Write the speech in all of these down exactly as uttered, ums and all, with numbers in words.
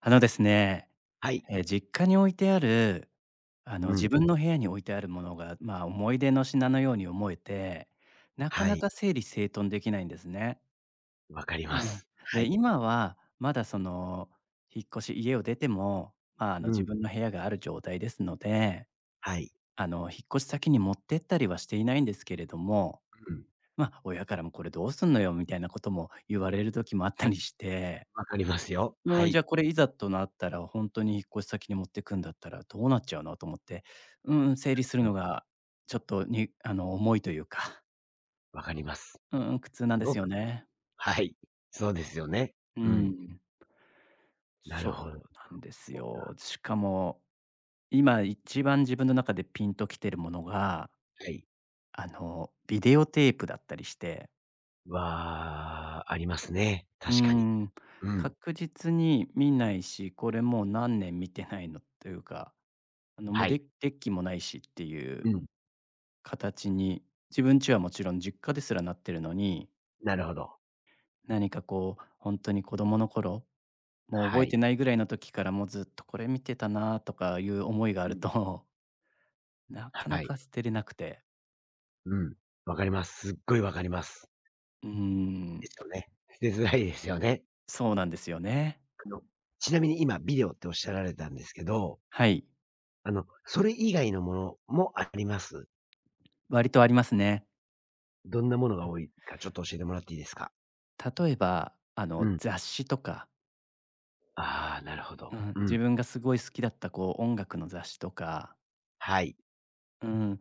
あのですね、はい。え、実家に置いてある、あの、う自ん。分の部屋に置いてあるものが、まあ、思い出の品のように思えて、なかはない。か整理整頓できないんですね。わかりうまん。す。はで、い。今はまだその、引っ越し家を出ても、まあ、あの、う自ん。分の部屋がある状態ですので、はい。あの、引っ越し先に持ってったりはしていないんですけれども、うん。まあ、親からも「これどうすんのよ」みたいなことも言われる時もあったりしてわかりますよ。はうん、じい。ゃあ、これいざとなったら、本当に引っ越し先に持ってくんだったらどうなっちゃうのと思って、うん整理するうん、のがちょっとにあの、重いというか、わかります。うん苦痛なんすでごすくよね。はい。そうですよね。ううん。ん、なるほど。そうなんですそうよ。か。しかも、今一番自分の中でピンときてるものが、はい。あの、ビデオテープだったりして、は、ありますね。う確かに。ん、うん。確実に見ないし、これもう何年見てないのというか、あの、もうはデい。ッデッキもないしっていううん。形に、自分家はもちろん実家ですらなってるのに、なるほど。何かこう、本当に子供の頃、もうは覚えい。てないぐらいの時からもうずっとこれ見てたなとかいう思いがあうるん。と、なかなはい。か捨てれなくて。うん。わかります。すっごいわかります。うーん、ですよね。捨てづらいですよね。そうなんですよね。あの、ちなみに今ビデオっておっしゃられたんですけど、はい、あの、それ以外のものもあります？割とありますね。どんなものが多いかちょっと教えてもらっていいですか？例えば、あうの、ん。雑誌とか、ああ、なるほど。うん、う自ん。分がすごい好きだったこう音楽の雑誌とか、はい。うん、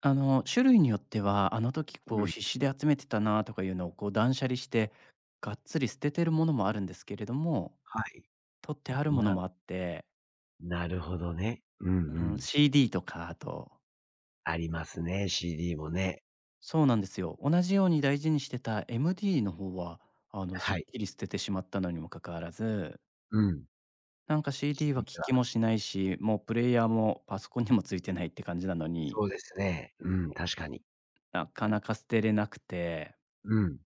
あの、種類によっては、あの時こううん。必死で集めてたなとかいうのをこう断捨離して、がっつり捨ててるものもあるんですけれども、はい。取ってあるもまのあ、もあって、なるほどね。うんううんん。シー シーディー とか、あとありますね、シーディー もね。そうなんですよ。同じように大事にしてた エムディー の方は、あの、すっはい。きり捨ててしまったのにもかかわらず、うん。なんか シーディー は聞 シーディー きもは、しないし、もうプレイヤーもパソコンにもついてないって感じなのに、そうですね。うん、確かに。なかなか捨てれなくて、うん、わ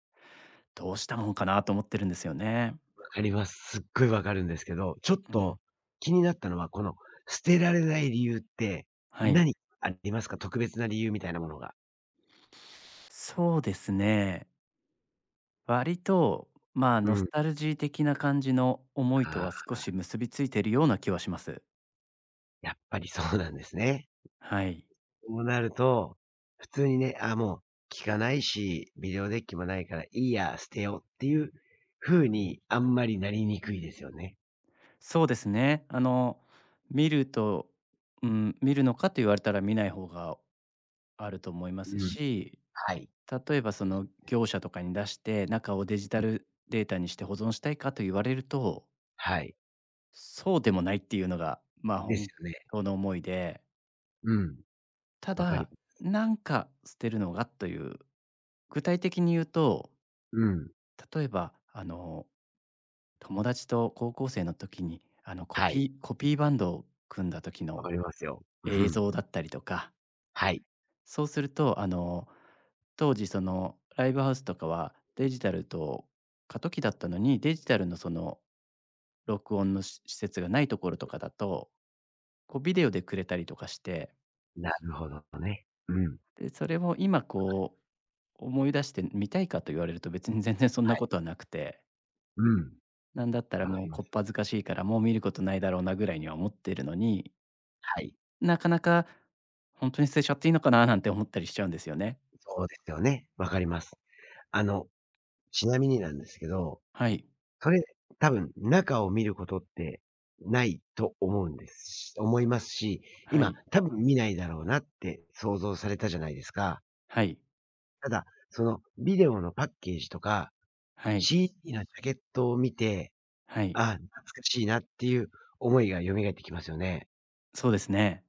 どうしたもんかなと思ってるんですよね。かります。すっごいわかるんですけど、ちょっうん、と気になったのは、この捨てられない理由って、はい。何ありますか？特別な理由みたいなものが。そうですね。割と、まあ、うノスん。タルジー的な感じの思いとあはあ、少し結びついているような気はします。やっぱりそうなんですね。はい。そうなると、普通にね、あ、もう聞かないし、ビデオデッキもないからいいや、捨てようっていう風にあんまりなりにくいですよね。そうですね。あの、見ると、うん、見るのかと言われたら見ない方があると思いますうん。し、はい。例えばそそうでのす。業者とかに出して中をデジタうん。ルデータにして保存したいかと言われると、はい。そうでもないっていうのが、まあ、です本よね。当の思いで、うん。たわかりだ、なんか捨てるのがという具体的に言うと、うん。例えば、あの、友達と高校生の時に、あの、コはい。ピーコピーバンドを組んだ時わのかりますよ。う映ん。像だったりとか、はい。そうすると、あの、当時、その、ライブハウスとかはデジタルと過渡期だったのに、デジタルの、その、録音のし施設がないところとかだと、こう、ビデオでくれたりとかして、なるほどね。うん。で、それを今、こう、思い出して見たいかと言われると、別に全然そんなはい。ことはなくて。うん。なんだったらわかもうりまこっす。ぱずかしいから、もう見ることないだろうなぐらいには思ってるのに、はい。なかなか本当に捨てちゃっていいのかななんて思ったりしちゃうんですよね。そうですよね。わかります。あの、ちなみになんですけどはい、それ、多分中を見ることってないと思うんですし思いますし、は今い、多分見ないだろうなって想像されたじゃないですか。はい、ただ、そのビデオのパッケージとか、はい、シ シーディー のジャケットを見て、はあい。あ、懐かしいなっていう思いが蘇ってきますよね。そうですね。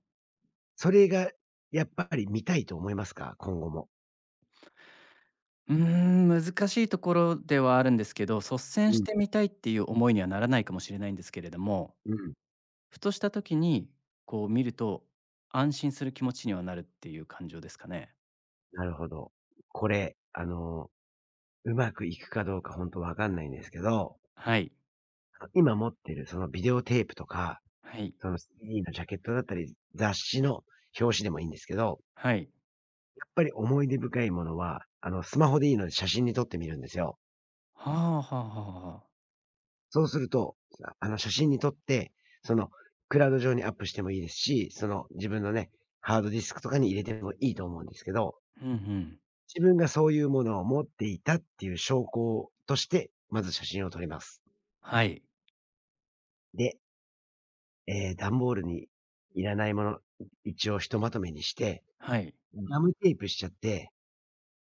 それがやっぱり見たいと思いますか？今後も。うーん、難しいところではあるんですけど、率先うしん、てみたいっていう思いにはならないかもしれないんですけれども、うん。ふとした時にこう見ると、安心する気持ちにはなるっていう感情ですかね。なるほど。これ、あの、うまくいくかどうかほんとわかんないんですけどはい、あの、今持ってるそのビデオテープとか、はい、その シーディー のジャケットだったり、雑誌の表紙でもいいんですけど、やっはい。ぱり思い出深いものは、あの、スマホでいいので写真に撮ってみるんですよ。はあはあはあはあ。そうすると、あの、写真に撮って、その、クラウド上にアップしてもいいですし、その、自分のね、ハードディスクとかに入れてもいいと思うんですけど、うんうん。自分がそういうものを持っていたっていう証拠として、まず写真を撮ります。はい。で、ええ、段ボールにいらないもの、一応ひとまとめにしてはい。ガムテープしちゃって、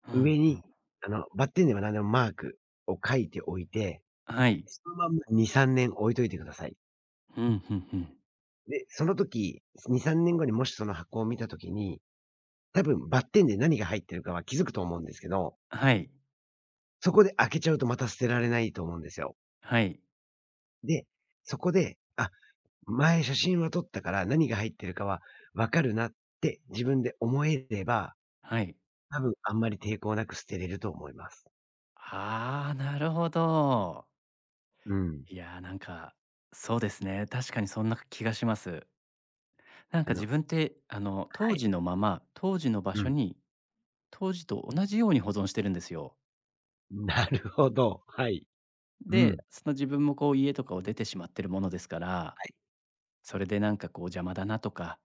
うんうん。上に、あの、バッテンでも何でもマークを書いておいて、はい。そのまんまに、さんねん置いといてください。うん、ふんふん。で、その時、に、さんねんごにもしその箱を見た時に、多分バッテンで何が入ってるかは気づくと思うんですけど、はい。そこで開けちゃうとまた捨てられないと思うんですよ。はい。で、そこで、あ、前写真は撮ったから何が入ってるかはわかるなって自分で思えれば、はい。多分あんまり抵抗なく捨てれると思います。ああ、なるほど。うん。いや、なんか、そうですね。確かにそんな気がします。なんあか自の分って、あの、は当時い。のまま、当時の場う所ん。に、当時と同じように保存してるんですよ。なるほど、はい。うで、ん。その自分もこう家とかを出てしまってるものですから、はい。それでなんかこう邪魔だなとか、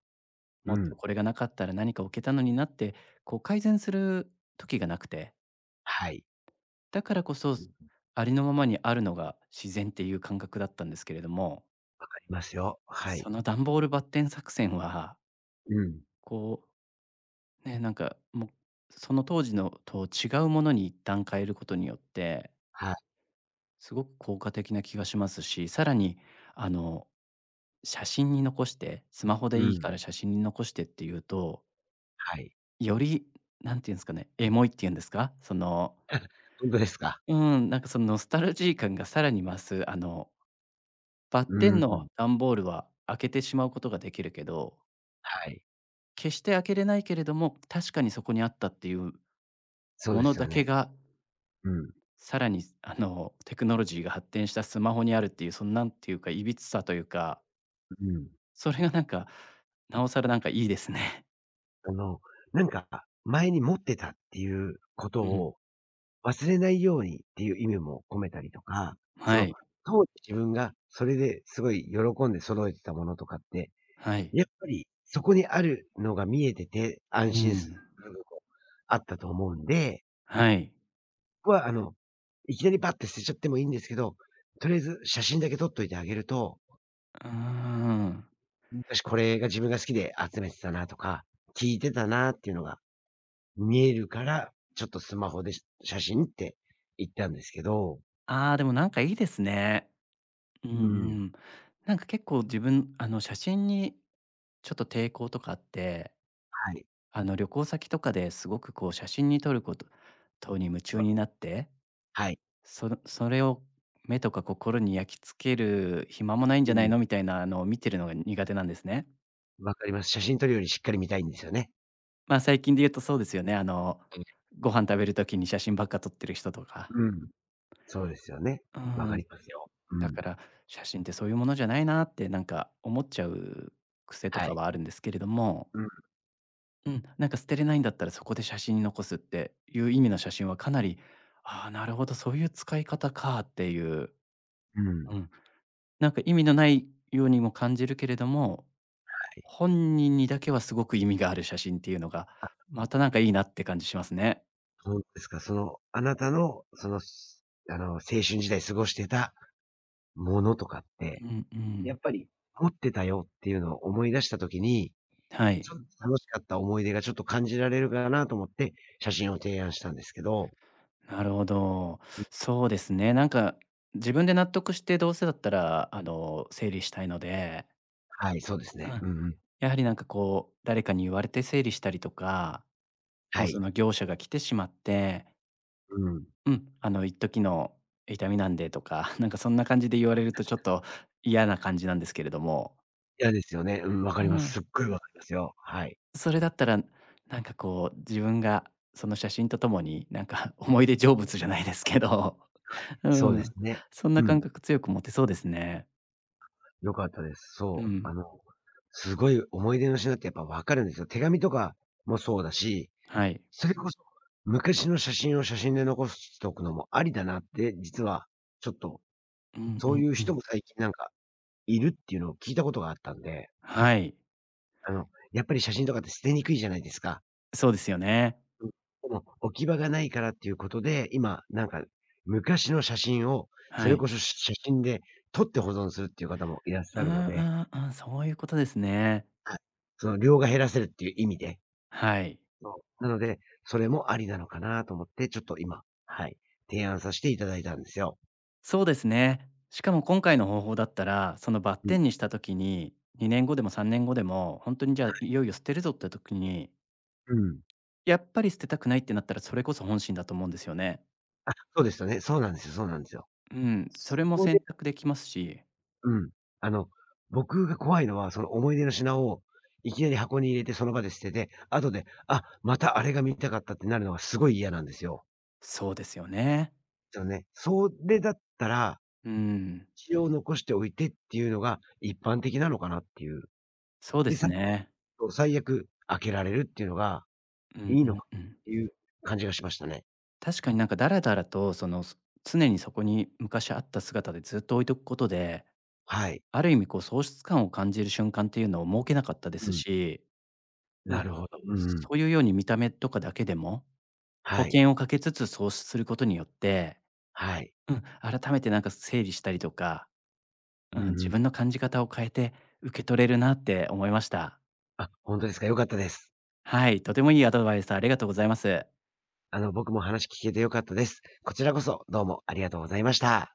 うもっとん。これがなかったら何か置けたのになって、こう改善する時がなくて。はい。だからこそ、わありのままにあるのが自然っていう感覚だったんですけれども、かりますよ。はい。その段ボールバッテン作戦は、うん。こう、ね、なんか、もう、その当時のと違うものに一旦変えることによって、はい。すごく効果的な気がしますし、さらに、あの、写真に残して、スマホでういいかん。ら写真に残してっていうと、はい。より、なんていうんですかね、エモいっていうんですか、その、本当ですか？うん、なんかそのノスタルジー感がさらに増す、あのバッうテンのん。段ボールは開けてしまうことができるけど、はい。決して開けれないけれども、確かにそこにあったっていうそうもでのすよだけね。が、うん、さらにあのテクノロジーが発展したスマホにあるっていう、そのなんていうか、いびつさというか、うん。それがなんか、なおさらなんかいいですね。あの、なんか、前に持ってたっていうこうとん。を忘れないようにっていう意味も込めたりとか、そはの、い。当時自分がそれですごい喜んで揃えてたものとかってはい。やっぱり、そこにあるのが見えてて、う安心すん。るのもあったと思うんで、はい。僕はあの、いきなりバッて捨てちゃってもいいんですけど、とりあえず写真だけ撮っといてあげると、うーん。昔これが自分が好きで集めてたなとか、聞いてたなっていうのが見えるから、ちょっとスマホで写真って言ったんですけど、ああ、でもなんかいいですね。うんううん。ん。なんか結構自分、あの写真にちょっと抵抗とかあってはい。あの旅行先とかですごくこう写真に撮ることとに夢中わになって、はい。そのそれを目とか心に焼き付ける暇もないんじうゃないん。のみたいなのを見てるのが苦手なんですね。わかります。写真撮るよりしっかり見たいんですよね。まあ最近で言うとそうですよね。あのご飯食べる時に写真ばっか撮ってる人とか。うん。そうですよね。うわかん、りますよ。うだん。から写真ってそういうものじゃないなってなんか思っちゃう癖とはかい。はあるんですけれども。うんうん、なんか捨てれないんだったらそこで写真に残すっていう意味の写真はかなり、ああ、なるほど、そういう使い方かっていう、うん。はうん、なんか意味のないようにも感じるけれども、い。本人にだけはすごく意味がある写真っていうのが、あ、またなんかいいなって感じしますね。そうですか。その、あなたの、その、すあの、青春時代過ごしてたものとかっうて、んうやん。っぱり持ってたよっていうのを思い出した時に、はい。ちょっと楽しかった思い出がちょっと感じられるかなと思って、写真を提案したんですけど。なるほど。うん、そうですね。なんか自分で納得してどうせだったら、あの、整理したいので、はい、そうですうね。ん。うんうん。やはりなんかこう、誰かに言われて整理したりとか、はもうそい。の業者が来てしまって、うん。うん、あの一時の痛みなんでとか、なんかそんな感じで言われるとちょっと嫌な感じなんですけれども。嫌ですよね。うん、わかうります。ん。すっごいわかりますよ。はい。それだったら、なんかこう自分がその写真とともに、なんか 思い出成仏じゃないですけど、うそうですん、ね。そんなう感ん。覚強く持てそうですね。良かったです。うそう。あん、の、すごい思い出の品ってやっぱ分かるんですよ。手紙とかもそうだし、はい。それこそ昔の写真を写真で残しておくのもありだなって、実はちょっと、うんうそうんいうう人ん。も最近なんかいるっていうのを聞いたことがあったんで、はい、あの、やっぱり写真とかって捨てにくいじゃないですか。そうですよね。うん。でも置き場がないからっていうことで、今なんか昔の写真を、そはれい。こそ写真で撮って保存するっていう方もいらっしうゃんうるので、んうん、そういうことですね。はい。その量が減らせるっていう意味で、はい。そう。なので、それもありなのかなと思って、ちょっと今、はい、提案させていただいたんですよ。そうですね。しかも今回の方法だったら、そのバッうテん。ンにした時に、にねんごでもさんねんごでも、本当にじゃあ、いよいよ捨てるぞって時に、うん。やっぱり捨てたくないってなったら、それこそ本心だと思うんですよね。あ、そうでしたね。そうなんですよそうなんですよ。うん、そこれもこ選で択できますし、うん。あの、僕が怖いのは、その思い出の品をいきなり箱に入れてその場で捨てて、後で、あ、またあれが見たかったってなるのがすごい嫌なんですよ。そうですよね。そうね。それだったら、うん、一応残しておいてっていうのが一般的なのかなっていう。そうでで、すさっね。と最悪開けられるっていうのがうんいいのかっうんうん。ていう感じがしましたね。確かになんかだらだらと、その、す常にそこに昔あった姿でずっと置いとくことで、はい。ある意味こう喪失感を感じる瞬間っていうのを設けなかったでうすん。しうなん。るほど。うんうそん。ういうように見た目とかだけでも、保はい。険をかけつつそうすることによって、はい。うん、改めてなんか整理したりとか、ううん、ん自うん。分の感じ方を変えて受け取れるなって思いました。あ、本当ですか。良かったです。はい、とてもいいアドバイスありがとうございます。あの、僕も話聞けて良かったです。こちらこそ、どうもありがとうございました。